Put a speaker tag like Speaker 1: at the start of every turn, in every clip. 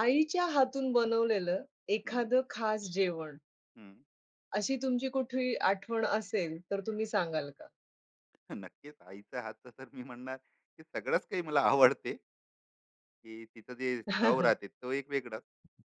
Speaker 1: आईच्या हातून बनवलेलं
Speaker 2: हं,
Speaker 1: एखादं खास जेवण,
Speaker 2: हं.
Speaker 1: अशी तुमची कुठली आठवण असेल, तर तुम्ही सांगाल का?
Speaker 2: नक्कीच आईच्या हातचं तर मी म्हणणार, की सगळंच काही मला आवडते, की तिचं जे चव
Speaker 1: हां,
Speaker 2: राहते तो एक वेगळाच.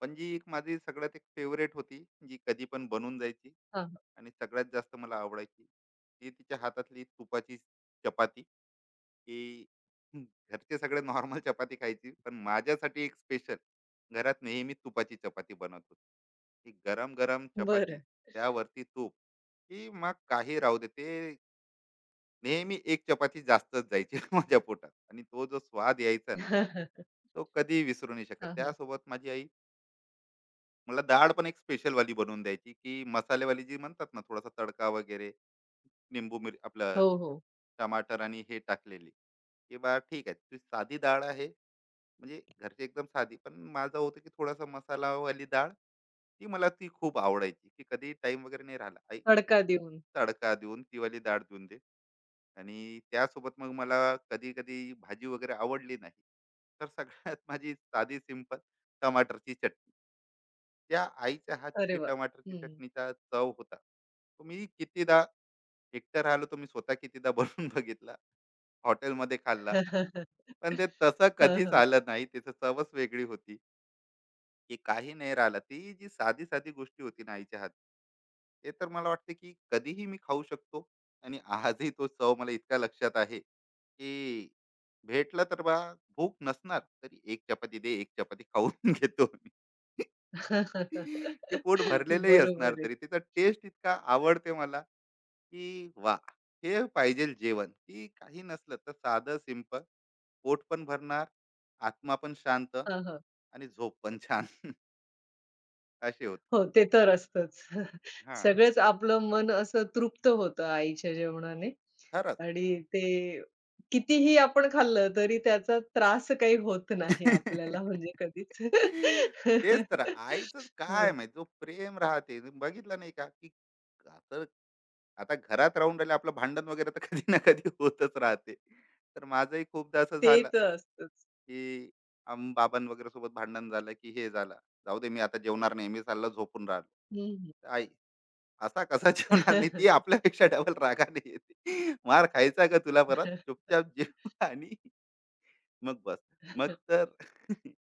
Speaker 2: पण जी एक माझी सगळ्यात एक फेवरेट होती, जी कधी पण बनून जायची
Speaker 1: हां.
Speaker 2: आणि सगळ्यात जास्त मला आवडायची, ती तिच्या हातातली तुपाची चपाती, की हं, घरचे सगळे नॉर्मल चपाती खायची, पण माझ्यासाठी एक स्पेशल घरात नेहमी तुपाची चपाती बनत होती. ती गरम-गरम चपाती, त्यावरती तूप, की मग काही राहू दे ते नेहमी एक चपाती जास्तच जायची माझ्या पोटात आणि तो जो स्वाद यायचा ना तो कधीही विसरू नाही शकत. त्यासोबत माझी आई मला डाळ पण एक स्पेशल वाली बनवून द्यायची, की मसालेवाली जी म्हणतात ना, थोडासा तडका वगैरे, निंबू मिर
Speaker 1: हो,
Speaker 2: आपलं
Speaker 1: हो.
Speaker 2: टमाटर आणि हे टाकलेली, की बा ठीक आहे तुझी साधी डाळ आहे, म्हणजे घरची एकदम साधी, पण माझं होतं की थोडासा मसालावाली डाळ, ती मला ती खूप आवडायची. की कधी टाइम वगैरे नाही राहिला आई ती
Speaker 1: तडका देऊन.
Speaker 2: तडका देऊन ती वाली डाळ देऊन दे. आणि त्यासोबत मग मला कधी कधी भाजी वगैरे आवडली नाही, तर सगळ्यात माझी साधी सिंपल टमाटरची चटणी, त्या आईच्या हातची
Speaker 1: अरे
Speaker 2: जी
Speaker 1: वाह!
Speaker 2: टमाटरची
Speaker 1: हं.
Speaker 2: चटणीचा चव होता, तो मी कितीदा एकटं राहिलो तर मी स्वतः कितीदा बनवून बघितला. हॉटेलमध्ये खाल्ला. पण ते तसं
Speaker 1: हां,
Speaker 2: कधीच
Speaker 1: हां.
Speaker 2: आलं नाही. त्याची चवच वेगळी होती, की काही नाही राहिलं. ती जी साधी-साधी गोष्टी होती ना आईच्या हातची, ते तर मला वाटतं की कधीही मी खाऊ शकतो. आणि आजही तो चव मला इतका लक्षात आहे, की भेटलं तर बा, भूक नसणार तरी एक चपाती दे, एक चपाती खाऊन घेतो मी. ते पोट भरलेलंही
Speaker 1: बरोबर
Speaker 2: असणार
Speaker 1: आहे.
Speaker 2: तरी त्याचा टेस्ट इतका आवडते मला, की वा, हे पाहिजे जेवण, की काही नसलं तर साधं सिंपल, पोट पण भरणार, आत्मा पण शांत
Speaker 1: हां, हां.
Speaker 2: आणि झोप पण छान असे होते.
Speaker 1: हो, ते तर असतंच.
Speaker 2: हा,
Speaker 1: सगळंच आपलं मन असं तृप्त होतं आईच्या जेवणाने.
Speaker 2: खरंच.
Speaker 1: आणि ते कितीही आपण खाल्लं तरी त्याचा त्रास काही होत नाही आपल्याला म्हणजे कधीच.
Speaker 2: तेच तर आईच
Speaker 1: हो,
Speaker 2: काय माहित जो प्रेम राहते बघितलं नाही का, की आता, आता घरात राहून राहिले आपलं भांडण वगैरे तर कधी ना कधी होतच राहते. तर माझंही खूपदा असं
Speaker 1: ते
Speaker 2: झालं,
Speaker 1: तर असतंच.
Speaker 2: की आम बाबां वगैरे सोबत भांडण झालं की हे झालं. जाऊ दे मी आता जेवणार नाही. मी चाललो झोपून राहिलो.
Speaker 1: हं, हं.
Speaker 2: आई, असा कसा जेवणार नाही? ती आपल्यापेक्षा डबल रागाने येते. मार खायचा का तुला परत? चुपचाप जेव आणि मग बस. मग तर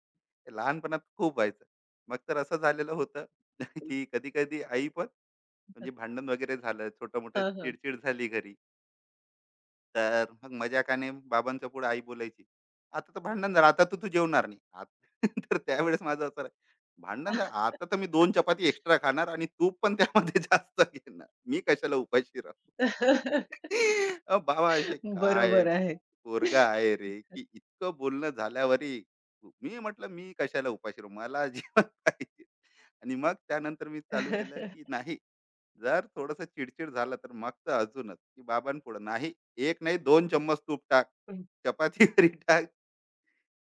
Speaker 2: लहानपणात खूप व्हायचं. मग तर असं झालेलं होतं, की कधी-कधी आई पण म्हणजे भांडण वगैरे झालं, छोटं-मोठं चिडचिड झाली घरी. तर मग मजाकाने बाबांच्या पुढे आई बोलायची, "आता तर भांडण झालं, आता तर तू जेवणार नाही." आत तर त्यावेळेस माझं असं भांडण झालं, "आता तर मी दोन चपाती एक्स्ट्रा खाणार आणि तूप पण त्यामध्ये जास्त घेणार. मी कशाला उपाशी राहू." अ, बाबा असे, "काय
Speaker 1: बरोबर आहे.
Speaker 2: पोरगा आहे रे, की इतकं बोलणं झाल्यावरही." मी म्हटलं, "मी कशाला उपाशी राहू, मला जेवण पाहिजे." आणि मग त्यानंतर मी चालू केलं, की नाही, जर थोडंसं चिडचिड झालं, तर मग तर अजूनच, की बाबांपुढं नाही एक नाही दोन चम्मच तूप टाक. चपातीवरी टाक.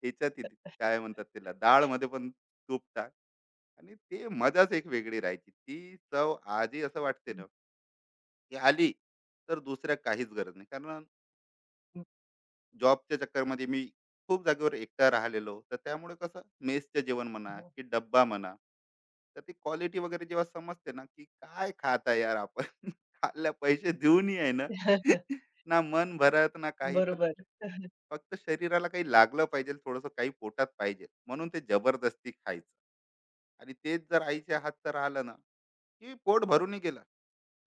Speaker 2: ह्याच्यात काय म्हणतात त्याला, डाळमध्ये पण तूप टाक. आणि ते मजाच एक वेगळी राहायची. ती चव आजही असं वाटते ना, की आली तर दुसऱ्या काहीच गरज नाही. कारण जॉबच्या चक्करमध्ये मी खूप जागेवर एकटा राहिलेलो. तर त्यामुळे कसं मेसचं जेवण म्हणा की डब्बा म्हणा. तर ती क्वालिटी वगैरे जेव्हा समजते ना, की काय खात आहे यार आपण. खाल्ल्या पैसे देऊनही आहे ना, ना मन भरत ना काही, पण
Speaker 1: बरोबर.
Speaker 2: फक्त शरीराला काही लागलं पाहिजे, थोडंसं काही पोटात पाहिजे, म्हणून ते जबरदस्ती खायचं. आणि तेच जर आईच्या हातचं राहिलं ना, की पोट भरूनही गेलं,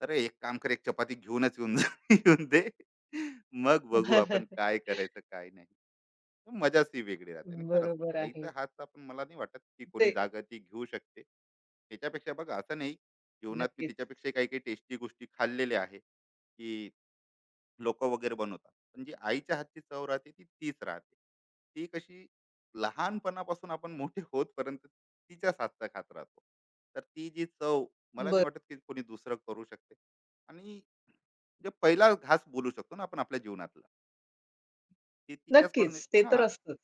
Speaker 2: अरे एक काम कर, एक चपाती घेऊनच येऊन जा, येऊन दे, मग बघू आपण काय करायचं काय नाही. तर मजाच ती वेगळी राहते. आणि खरंच
Speaker 1: बरोबर आहे.
Speaker 2: आईचा हातचा पण मला नाही वाटत की
Speaker 1: ते
Speaker 2: कोणी जागा ती घेऊ शकते त्याच्यापेक्षा. बघा, असं नाही जीवनात मी
Speaker 1: नक्कीच.
Speaker 2: तिच्यापेक्षा काही काही टेस्टी गोष्टी खाल्लेल्या आहे की लोक वगैरे बनवतात, पण जी आईच्या हातची चव राहते ती तीच राहते. ती कशी लहानपणापासून आपण मोठे होतपर्यंत तिच्याच हातचा खात राहतो, तर ती जी चव मला नाही
Speaker 1: बरं.
Speaker 2: वाटत की कोणी दुसरं करू शकते. आणि जे पहिला घास बोलू शकतो ना आपण आपल्या जीवनातला, ते तिच्याचकडून
Speaker 1: नक्कीच. ते तर
Speaker 2: हा,
Speaker 1: असतंच.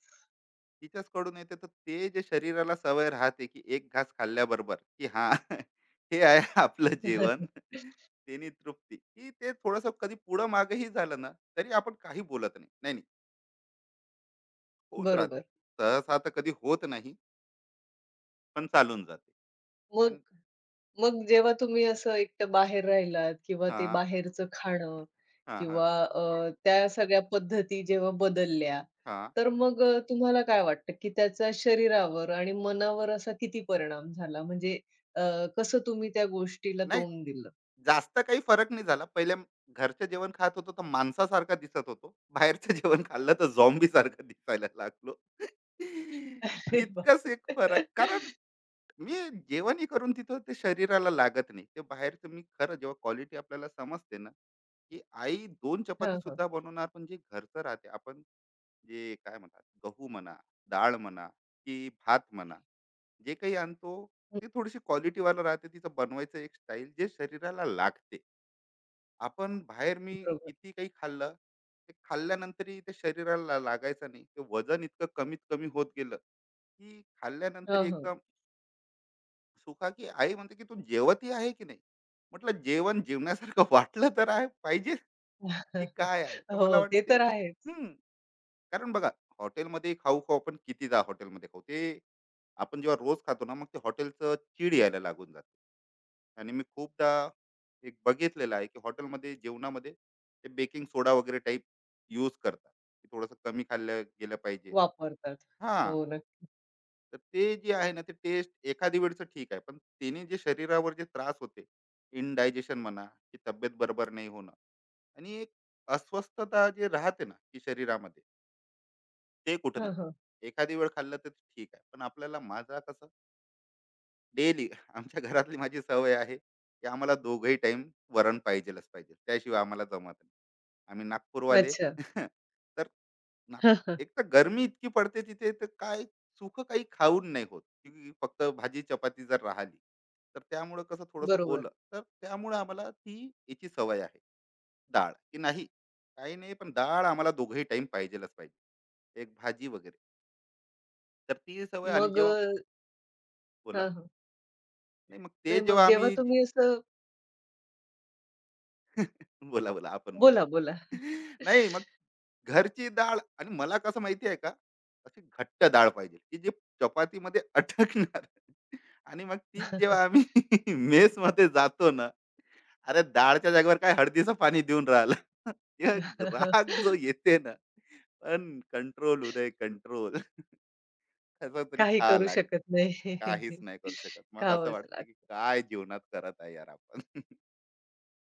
Speaker 2: तिच्याचकडून येते. तर ते जे शरीराला सवय राहते, की एक घास खाल्ल्याबरोबर की हा, हे आहे आपलं जेवण. त्यांनी तृप्ती, की ते थोडस कधी पुढं मागेही झालं ना तरी आपण काही बोलत नाही. नाही होत राहते.
Speaker 1: बरोबर.
Speaker 2: सहसा तर कधी होत नाही, पण चालून जाते.
Speaker 1: मग
Speaker 2: आणि
Speaker 1: मग जेव्हा तुम्ही असं एकटं बाहेर राहिलात किंवा ते
Speaker 2: हां,
Speaker 1: बाहेरचं खाणं
Speaker 2: हां, हां,
Speaker 1: किंवा त्या सगळ्या पद्धती जेव्हा बदलल्या,
Speaker 2: हां.
Speaker 1: तर मग तुम्हाला काय वाटतं, की त्याचा शरीरावर आणि मनावर असा किती परिणाम झाला? म्हणजे अ, कसं तुम्ही त्या गोष्टीला
Speaker 2: नाही,
Speaker 1: तोंड दिलं?
Speaker 2: जास्त काही फरक नाही झाला. पहिले घरचं जेवण खात होतो तर माणसासारखा दिसत होतो. बाहेरचं जेवण खाल्लं तर झॉम्बीसारखं दिसायला लागलो.
Speaker 1: अरे
Speaker 2: इतकाच एक फरक. कारण
Speaker 1: बापरे!
Speaker 2: मी जेवणही करून तिथं ते शरीराला लागत नाही. ते बाहेरचं मी खरं जेव्हा क्वालिटी आपल्याला समजते ना, की आई 2
Speaker 1: हां, हां.
Speaker 2: चपातीसुद्धा बनवणार, पण जे घरचं राहते आपण, जे काय म्हणतात गहू म्हणा, डाळ म्हणा, की भात म्हणा, जे काही आणतो,
Speaker 1: हं,
Speaker 2: ते थोडीशी क्वालिटीवाला राहते. तिचं बनवायचं एक स्टाईल जे शरीराला लागते. आपण बाहेर मी
Speaker 1: बरोबर.
Speaker 2: किती काही खाल्लं, ते खाल्ल्यानंतरही ते शरीराला लागायचं नाही. ते वजन इतकं कमीत कमी होत गेलं, की खाल्ल्यानंतर
Speaker 1: हां, हां.
Speaker 2: एकदम सुखा, की आई म्हणते की तू जेवतही आहे की नाही. म्हटलं, जेवण जेवण्यासारखं वाटलं तर आहे पाहिजे, की काय आहे तर मला
Speaker 1: हो, ते
Speaker 2: वाटते.
Speaker 1: तर आहेच.
Speaker 2: कारण बघा, हॉटेलमध्ये खाऊ खाऊ आपण कितीदा हॉटेलमध्ये खाऊ ते. आपण जेव्हा रोज खातो ना, मग ते हॉटेलचं चीड यायला लागून जाते. आणि मी खूपदा एक बघितलेलं आहे, की हॉटेलमध्ये जेवणामध्ये ते बेकिंग सोडा वगैरे टाईप यूज करतात, की थोडंसं कमी खाल्लं गेलं पाहिजे.
Speaker 1: वापरतात.
Speaker 2: हां,
Speaker 1: हो ना.
Speaker 2: तर ते जे आहे ना, ते टेस्ट एखादी वेळचं ठीक आहे, पण त्याने जे शरीरावर जे त्रास होते, इनडायजेशन म्हणा, की तब्येत बरोबर नाही होणं, आणि एक अस्वस्थता जे राहते ना की शरीरामध्ये, ते कुठं ना,
Speaker 1: हां, हां.
Speaker 2: एखादी वेळ खाल्लं तर ठीक आहे, पण आपल्याला माझा कसं डेली आमच्या घरातली माझी सवय आहे, की आम्हाला दोघही टाइम वरण पाहिजेलच पाहिजे, त्याशिवाय आम्हाला जमत नाही. आम्ही नागपूरवाले.
Speaker 1: अच्छा.
Speaker 2: तर नाग,
Speaker 1: हां, हां.
Speaker 2: एक तर गरमी इतकी पडते तिथे, तर काय सुख काही खाऊन नाही होत, की फक्त भाजी चपाती जर राहिली, तर त्यामुळं कसं थोडंसं
Speaker 1: बरोबर.
Speaker 2: ओलं, तर त्यामुळं आम्हाला ती याची सवय आहे. डाळ की नाही, काही नाही, पण डाळ आम्हाला दोघही टाइम पाहिजेलच पाहिजे, एक भाजी वगैरे. तर ती सवय आणि
Speaker 1: मग
Speaker 2: जेव्हा, बोला.
Speaker 1: हां, हां.
Speaker 2: नाही मग ते
Speaker 1: नाही मग
Speaker 2: जेव्हा
Speaker 1: जेव्हा
Speaker 2: आम्ही
Speaker 1: तुम्ही असं
Speaker 2: बोला, बोला, आपण बोला.
Speaker 1: बोला, बोला.
Speaker 2: नाही, मग घरची डाळ, आणि मला कसं माहिती आहे का, अशी घट्ट डाळ पाहिजे की जे चपातीमध्ये अटकणार. आणि मग तीच जेव्हा आम्ही मेस मध्ये जातो ना, अरे डाळच्या जागेवर काय हळदीचं पाणी देऊन राहिलं. हे राग जो येते ना, पण कंट्रोल उदय कंट्रोल, त्याचा तरी
Speaker 1: काही
Speaker 2: खा
Speaker 1: करू
Speaker 2: लाग.
Speaker 1: शकत नाही.
Speaker 2: काहीच नाही करू शकत. मग असं
Speaker 1: खावंच
Speaker 2: वाटतं
Speaker 1: लागतं.
Speaker 2: की काय जीवनात करत आहे यार आपण.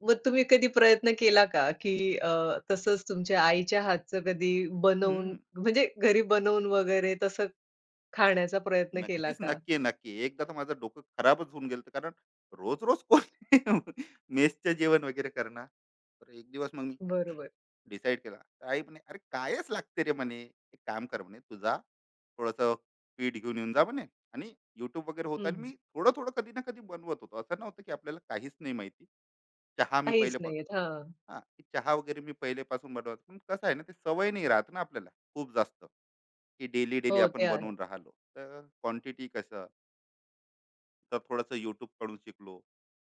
Speaker 1: मग तुम्ही कधी प्रयत्न केला का, की अ, तसंच तुमच्या आईच्या हातचं कधी बनवून
Speaker 2: हम्म.
Speaker 1: म्हणजे घरी बनवून वगैरे तसं खाण्याचा प्रयत्न केला
Speaker 2: नक्कीच,
Speaker 1: का?
Speaker 2: नक्की, नक्की. एकदा तर माझं डोकं खराबच होऊन गेलं होतं. कारण रोज-रोज कोण मेसचं जेवण वगैरे करणार. तर एक दिवस मग मी
Speaker 1: बरोबर.
Speaker 2: डिसाईड केला. तर आई म्हणे, "अरे कायच लागते रे," म्हणे. "एक काम कर," म्हणे, "तू जा, थोडंसं पीठ घेऊन येऊन जा," म्हणे. आणि YouTube वगैरे होतं
Speaker 1: हं,
Speaker 2: आणि
Speaker 1: हं.
Speaker 2: मी थोडं-थोडं, कधी ना कधी बनवत होतो. असं नव्हतं की आपल्याला काहीच नाही माहिती. चहा मी
Speaker 1: काहीच
Speaker 2: पहिले
Speaker 1: नाहीयेत. हां.
Speaker 2: हां, चहा वगैरे मी पहिलेपासून बनवतो. पण कसं आहे ना, ते सवय नाही राहत ना आपल्याला. खूप जास्त की डेली डेली
Speaker 1: हो, ते
Speaker 2: आपण
Speaker 1: आहे.
Speaker 2: बनवून राहिलो, तर क्वांटिटी कसं. तर थोडंसं YouTube कडून शिकलो,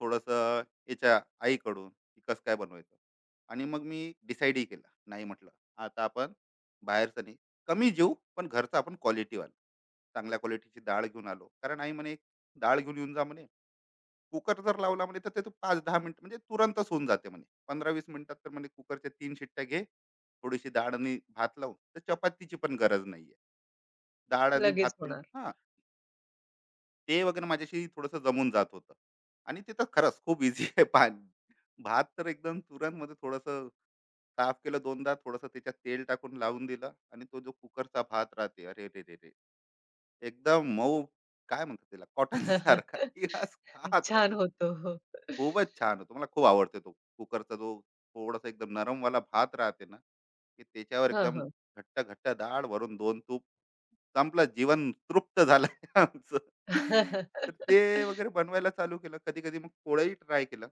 Speaker 2: थोडंसं याच्या आईकडून, की कसं काय बनवायचं. आणि मग मी डिसाईडही केलं. नाही, म्हटलं, आता आपण बाहेरचं नाही, कमी जेऊ पण घरचं आपण क्वालिटीवाला. चांगल्या क्वालिटीची डाळ घेऊन आलो, कारण आई म्हणे डाळ घेऊन येऊन जा म्हणे. कुकर जर लावला म्हणे, तर ते तू पाच दहा मिनिट म्हणजे तुरंतच होऊन जाते म्हणे, पंधरा वीस मिनिटात, तर म्हणे कुकरच्या तीन शिट्ट्या घे, थोडीशी डाळ आणि भात लावून, तर चपातीची पण गरज नाहीये, डाळ आणि भात
Speaker 1: लगेच
Speaker 2: पण.
Speaker 1: होणार.
Speaker 2: हां, ते वगैरे माझ्याशी थोडंसं जमून जात होतं. आणि ते तर खरंच खूप इझी आहे. पान, भात तर एकदम तुरंतमध्ये थोडंसं साफ केलं, 2दा थोडंसं त्याच्यात तेल टाकून लावून दिलं, आणि तो जो कुकरचा भात राहते, अरेरेरेरे! एकदम मऊ, काय म्हणतात त्याला, कॉटनसारखा, की आज खात
Speaker 1: छान
Speaker 2: राहतो.
Speaker 1: होतो. हो.
Speaker 2: खूपच छान होतो. मला खूप आवडते तो कुकरचा जो थोडासा एकदम नरम वाला भात राहते ना, की त्याच्यावर
Speaker 1: हां,
Speaker 2: एकदम
Speaker 1: हां.
Speaker 2: घट्ट, घट्ट डाळ, वरून 2 तूप. संपलं, जीवन तृप्त झालं आमचं. तर ते वगैरे बनवायला चालू केलं. कधी-कधी मग पोळ्याही ट्राय केलं.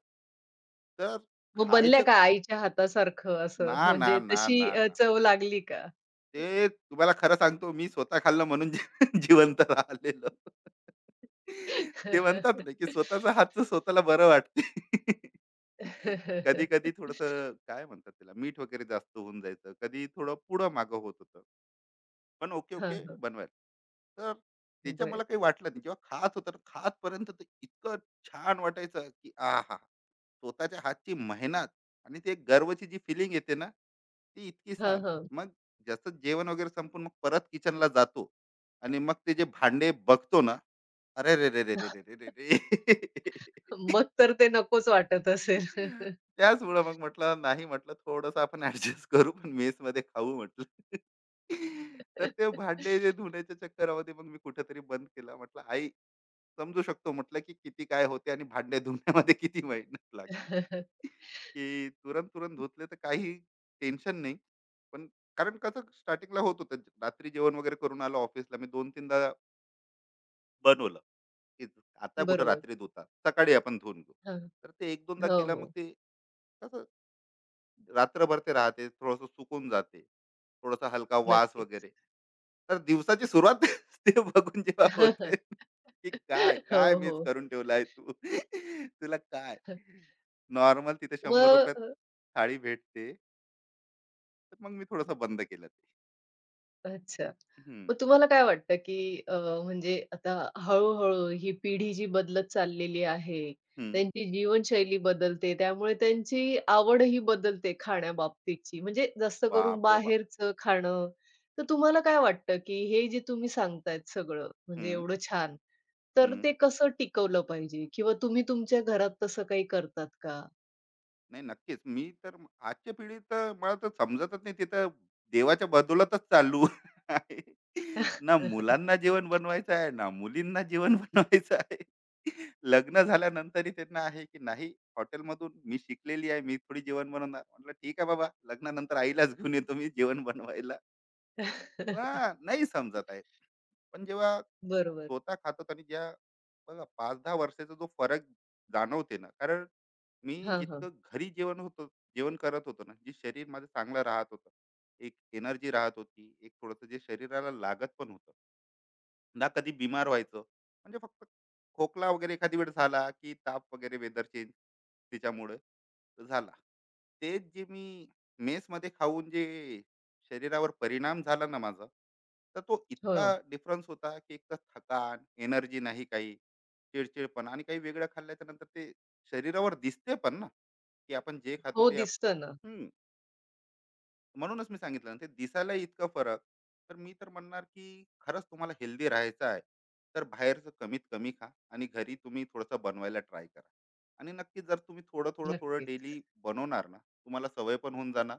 Speaker 2: तर
Speaker 1: मग बनल्या
Speaker 2: खायचं,
Speaker 1: का आईच्या हातासारखं असं?
Speaker 2: ना, ना,
Speaker 1: म्हणजे
Speaker 2: ना, ना,
Speaker 1: तशी
Speaker 2: ना.
Speaker 1: चव लागली का?
Speaker 2: ते तुम्हाला खरं सांगतो, मी स्वतः खाल्लं म्हणून जिवंत राहिलेलो. ते म्हणतात ना की स्वतःच्या हातचं स्वतःला बरं वाटते. कधी-कधी थोडंसं काय म्हणतात त्याला, मीठ वगैरे जास्त होऊन जायचं. कधी थोडं पुढं मागं होत होतं. पण ओके
Speaker 1: हां,
Speaker 2: ओके
Speaker 1: हां.
Speaker 2: बनवायला. तर त्याच्या
Speaker 1: बरं.
Speaker 2: मला काही वाटलं नाही. जेव्हा खात होतो ना, खातपर्यंत ते इतकं छान वाटायचं, की आहा! स्वतःच्या हातची मेहनत, आणि ते गर्वची जी फीलिंग येते ना, ती इतकी
Speaker 1: हां,
Speaker 2: छान.
Speaker 1: हां.
Speaker 2: मग जसं जेवण वगैरे संपून मग परत किचनला जातो, आणि मग ते जे भांडे बघतो ना, अरेरेरेरेरेरेरे!
Speaker 1: मग तर ते नकोच वाटत असेल.
Speaker 2: त्याचमुळं मग म्हटलं, नाही, म्हटलं, थोडंसं आपण ॲडजस्ट करू पण मेसमध्ये खाऊ म्हटलं. तर ते भांडे जे धुण्याच्या चक्करामध्ये मग मी कुठेतरी बंद केला. म्हटलं आई समजू शकतो, म्हटलं, की किती काय होते आणि भांडे धुण्यामध्ये किती मेहनत लागते. की तुरंत धुतले तर काही टेन्शन नाही. पण कारण कसं स्टार्टिंगला होत होतं. रात्री जेवण वगैरे करून आलो ऑफिसला. मी 2-3दा बनवलं की आता कुठं
Speaker 1: बरोबर.
Speaker 2: रात्री धुतात, सकाळी आपण धुवून घेऊ.
Speaker 1: हां.
Speaker 2: तर ते एक दोनदा
Speaker 1: हो,
Speaker 2: केलं, मग
Speaker 1: हो.
Speaker 2: ते कसं रात्रभर ते राहते, थोडस सुकून जाते, थोडासा हलका वास
Speaker 1: नक्कीच.
Speaker 2: वगैरे. तर दिवसाची सुरुवात ते बघून जेव्हा होते की काय
Speaker 1: हो,
Speaker 2: काय मिस
Speaker 1: हो.
Speaker 2: करून ठेवलाय तू, तुला काय. नॉर्मल तिथे 100 रुपयात
Speaker 1: मग
Speaker 2: थाळी भेटते. तर मग मी थोडस बंद केलं ते.
Speaker 1: अच्छा.
Speaker 2: हम्म,
Speaker 1: मग तुम्हाला काय वाटतं, की म्हणजे आता हळू-हळू ही पिढी जी बदलत चाललेली आहे,
Speaker 2: हम्म,
Speaker 1: त्यांची जीवनशैली बदलते, त्यामुळे त्यांची आवडही बदलते खाण्याबाबतीतची. म्हणजे जास्त करून
Speaker 2: बाप रे बाप.
Speaker 1: बाहेरचं खाणं. तर तुम्हाला काय वाटतं, की हे जे तुम्ही सांगतायत सगळं, म्हणजे
Speaker 2: हम्म,
Speaker 1: एवढं छान, तर
Speaker 2: हम्म.
Speaker 1: ते कसं टिकवलं पाहिजे? किंवा तुम्ही तुमच्या घरात तसं काही करतात का?
Speaker 2: नाही, नक्कीच. मी तर आजच्या पिढी तर मला तर समजतच नाही. ते तर देवाच्या बदौलतच चालू आहे. ना मुलांना जेवण बनवायचं आहे, ना मुलींना जेवण बनवायचं आहे. लग्न झाल्यानंतरही त्यांना आहे, की नाही हॉटेलमधून मी शिकलेली आहे, मी थोडी जेवण बनवणार. म्हटलं ठीक आहे बाबा, लग्नानंतर आईलाच घेऊन येतो मी जेवण बनवायला. हां, नाही समजत आहे. पण जेव्हा
Speaker 1: बरोबर.
Speaker 2: स्वतः खातो आणि ज्या बघा 5-10 वर्षाचा जो फरक जाणवते ना, कारण मी
Speaker 1: हां, हां.
Speaker 2: जितकं घरी जेवण होतं, जेवण करत होतो ना, जे शरीर माझं चांगलं राहत होतं. एक एनर्जी राहत होती, एक थोडंसं जे शरीराला लागत पण होतं. ना कधी बिमार व्हायचं, म्हणजे फक्त खोकला वगैरे एखादी वेळ झाला की ताप वगैरे वेदर चेंज तिच्यामुळे झाला. तेच जे मी मेसमध्ये खाऊन जे शरीरावर परिणाम झाला ना माझा, तर तो
Speaker 1: हो.
Speaker 2: इतका
Speaker 1: हो,
Speaker 2: डिफरन्स होता की एक तर थकान, एनर्जी नाही काही, चिडचिडपण. आणि काही वेगळं खाल्ल्याच्या नंतर ते शरीरावर दिसते पण ना, की आपण जे खातो
Speaker 1: हो,
Speaker 2: ते
Speaker 1: दिसतं ना.
Speaker 2: हम्म, म्हणूनच मी सांगितलं ना, ते दिसायला इतका फरक. तर मी तर म्हणणार की खरंच तुम्हाला हेल्दी राहायचं आहे, तर बाहेरचं कमीत कमी खा आणि घरी तुम्ही थोडंसं बनवायला ट्राय करा. आणि नक्की जर तुम्ही थोडं थोडं थोडं
Speaker 1: नक्कीच.
Speaker 2: डेली बनवणार ना, तुम्हाला सवय पण होऊन जाणार.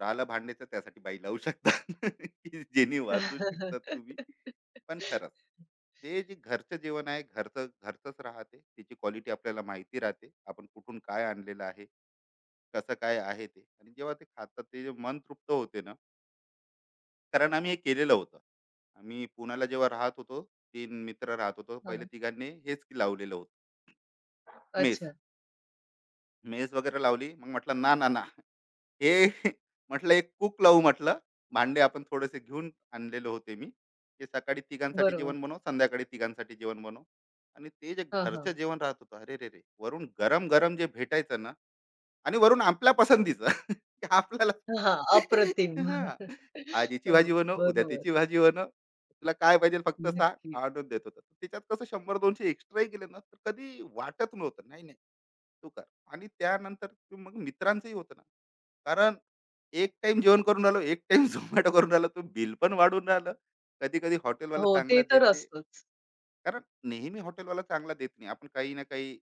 Speaker 2: राहिलं भांडण्याचं, त्यासाठी बाई लावू शकतात की जेणे वाचू शकतात तुम्ही. पण खरंच ते जे घरचं जेवण आहे, घरचं घरचंच राहते. त्याची क्वालिटी आपल्याला माहिती राहते, आपण कुठून काय आणलेलं आहे, कसं काय आहे ते. आणि जेव्हा ते खातात ते, जे मन तृप्त होते ना. कारण आम्ही हे केलेलं होतं. आम्ही पुण्याला जेव्हा राहत होतो, तीन मित्र राहत होतो, पहिले
Speaker 1: हां.
Speaker 2: तिघांनी हेच की लावलेलं होतं, मेस
Speaker 1: अच्छा.
Speaker 2: मेस वगैरे लावली. मग म्हटलं ना ना ना हे. म्हटलं एक कूक लावू म्हटलं. भांडे आपण थोडेसे घेऊन आणलेले होते मी, की सकाळी तिघांसाठी
Speaker 1: बरोबर.
Speaker 2: जेवण बनव, संध्याकाळी तिघांसाठी जेवण बनव. आणि ते जे
Speaker 1: हां,
Speaker 2: घरचं
Speaker 1: हां.
Speaker 2: जेवण राहत होतं, अरेरेरे! वरून गरम-गरम जे भेटायचं ना, आणि वरून आपल्या पसंतीचं की आपल्याला.
Speaker 1: हां, अप्रतिम.
Speaker 2: हां. आज याची
Speaker 1: हो,
Speaker 2: भाजी बनव, उद्या
Speaker 1: बरोबर.
Speaker 2: त्याची भाजी बनव. तुला काय पाहिजे फक्त सांग,
Speaker 1: नक्की.
Speaker 2: आणून देत होता. त्याच्यात कसं 100-200 एक्स्ट्राही गेले ना, तर कधी वाटत नव्हतं. नाही, नाही, तू कर. आणि त्यानंतर ते मग मित्रांचंही होतं ना, कारण एक टाइम जेवण करून राहिलो, एक टाइम Zomato करून राहिलं, तो बिल पण वाढून राहिलं. कधी-कधी हॉटेलवाला
Speaker 1: हो,
Speaker 2: चांगला
Speaker 1: ते तर
Speaker 2: देते.
Speaker 1: असतंच.
Speaker 2: कारण नेहमी हॉटेलवाला चांगला देत नाही. आपण काही ना काही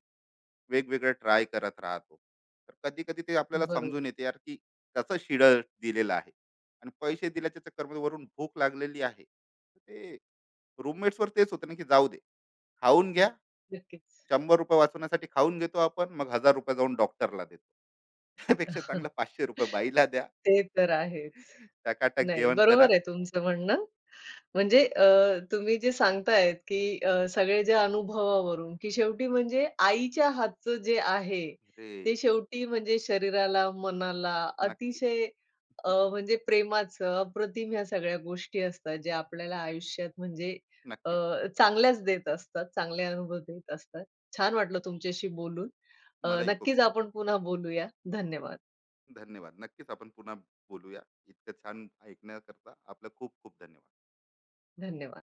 Speaker 2: वेगवेगळं ट्राय करत राहतो. तर कधी-कधी ते आपल्याला
Speaker 1: बरोबर.
Speaker 2: समजून येते यार, की कसं शिळं दिलेलं आहे आणि पैसे दिल्याच्या चक्करमध्ये वरून भूक लागलेली आहे. तर ते रूममेट्सवर तेच होतं ना, की जाऊ दे, खाऊन घ्या.
Speaker 1: नक्कीच.
Speaker 2: ₹100 वाचवण्यासाठी खाऊन घेतो आपण, मग ₹1000 जाऊन डॉक्टरला देतो. त्यापेक्षा चांगलं ₹500 बाईला द्या,
Speaker 1: ते तर आहेच.
Speaker 2: टकाटक
Speaker 1: नाही,
Speaker 2: जेवण करा.
Speaker 1: बरोबर आहे तुमचं म्हणणं. म्हणजे तुम्ही जे सांगतायत, की सगळ्याच्या अनुभवावरून, की शेवटी म्हणजे आईच्या हातचं जे आहे,
Speaker 2: अरे,
Speaker 1: ते शेवटी म्हणजे शरीराला, मनाला
Speaker 2: नक्की.
Speaker 1: अतिशय म्हणजे प्रेमाचं, अप्रतिम ह्या सगळ्या गोष्टी असतात, जे आपल्याला आयुष्यात म्हणजे अ,
Speaker 2: नक्कीच.
Speaker 1: चांगल्याच देत असतात, चांगले अनुभव देत असतात. छान वाटलं तुमच्याशी बोलून.
Speaker 2: मलाही खूप
Speaker 1: नक्कीच
Speaker 2: छान.
Speaker 1: आपण पुन्हा बोलूया. धन्यवाद,
Speaker 2: धन्यवाद. नक्कीच आपण पुन्हा बोलूया. इतकं छान ऐकण्याकरता आपलं खूप खूप धन्यवाद.
Speaker 1: धन्यवाद.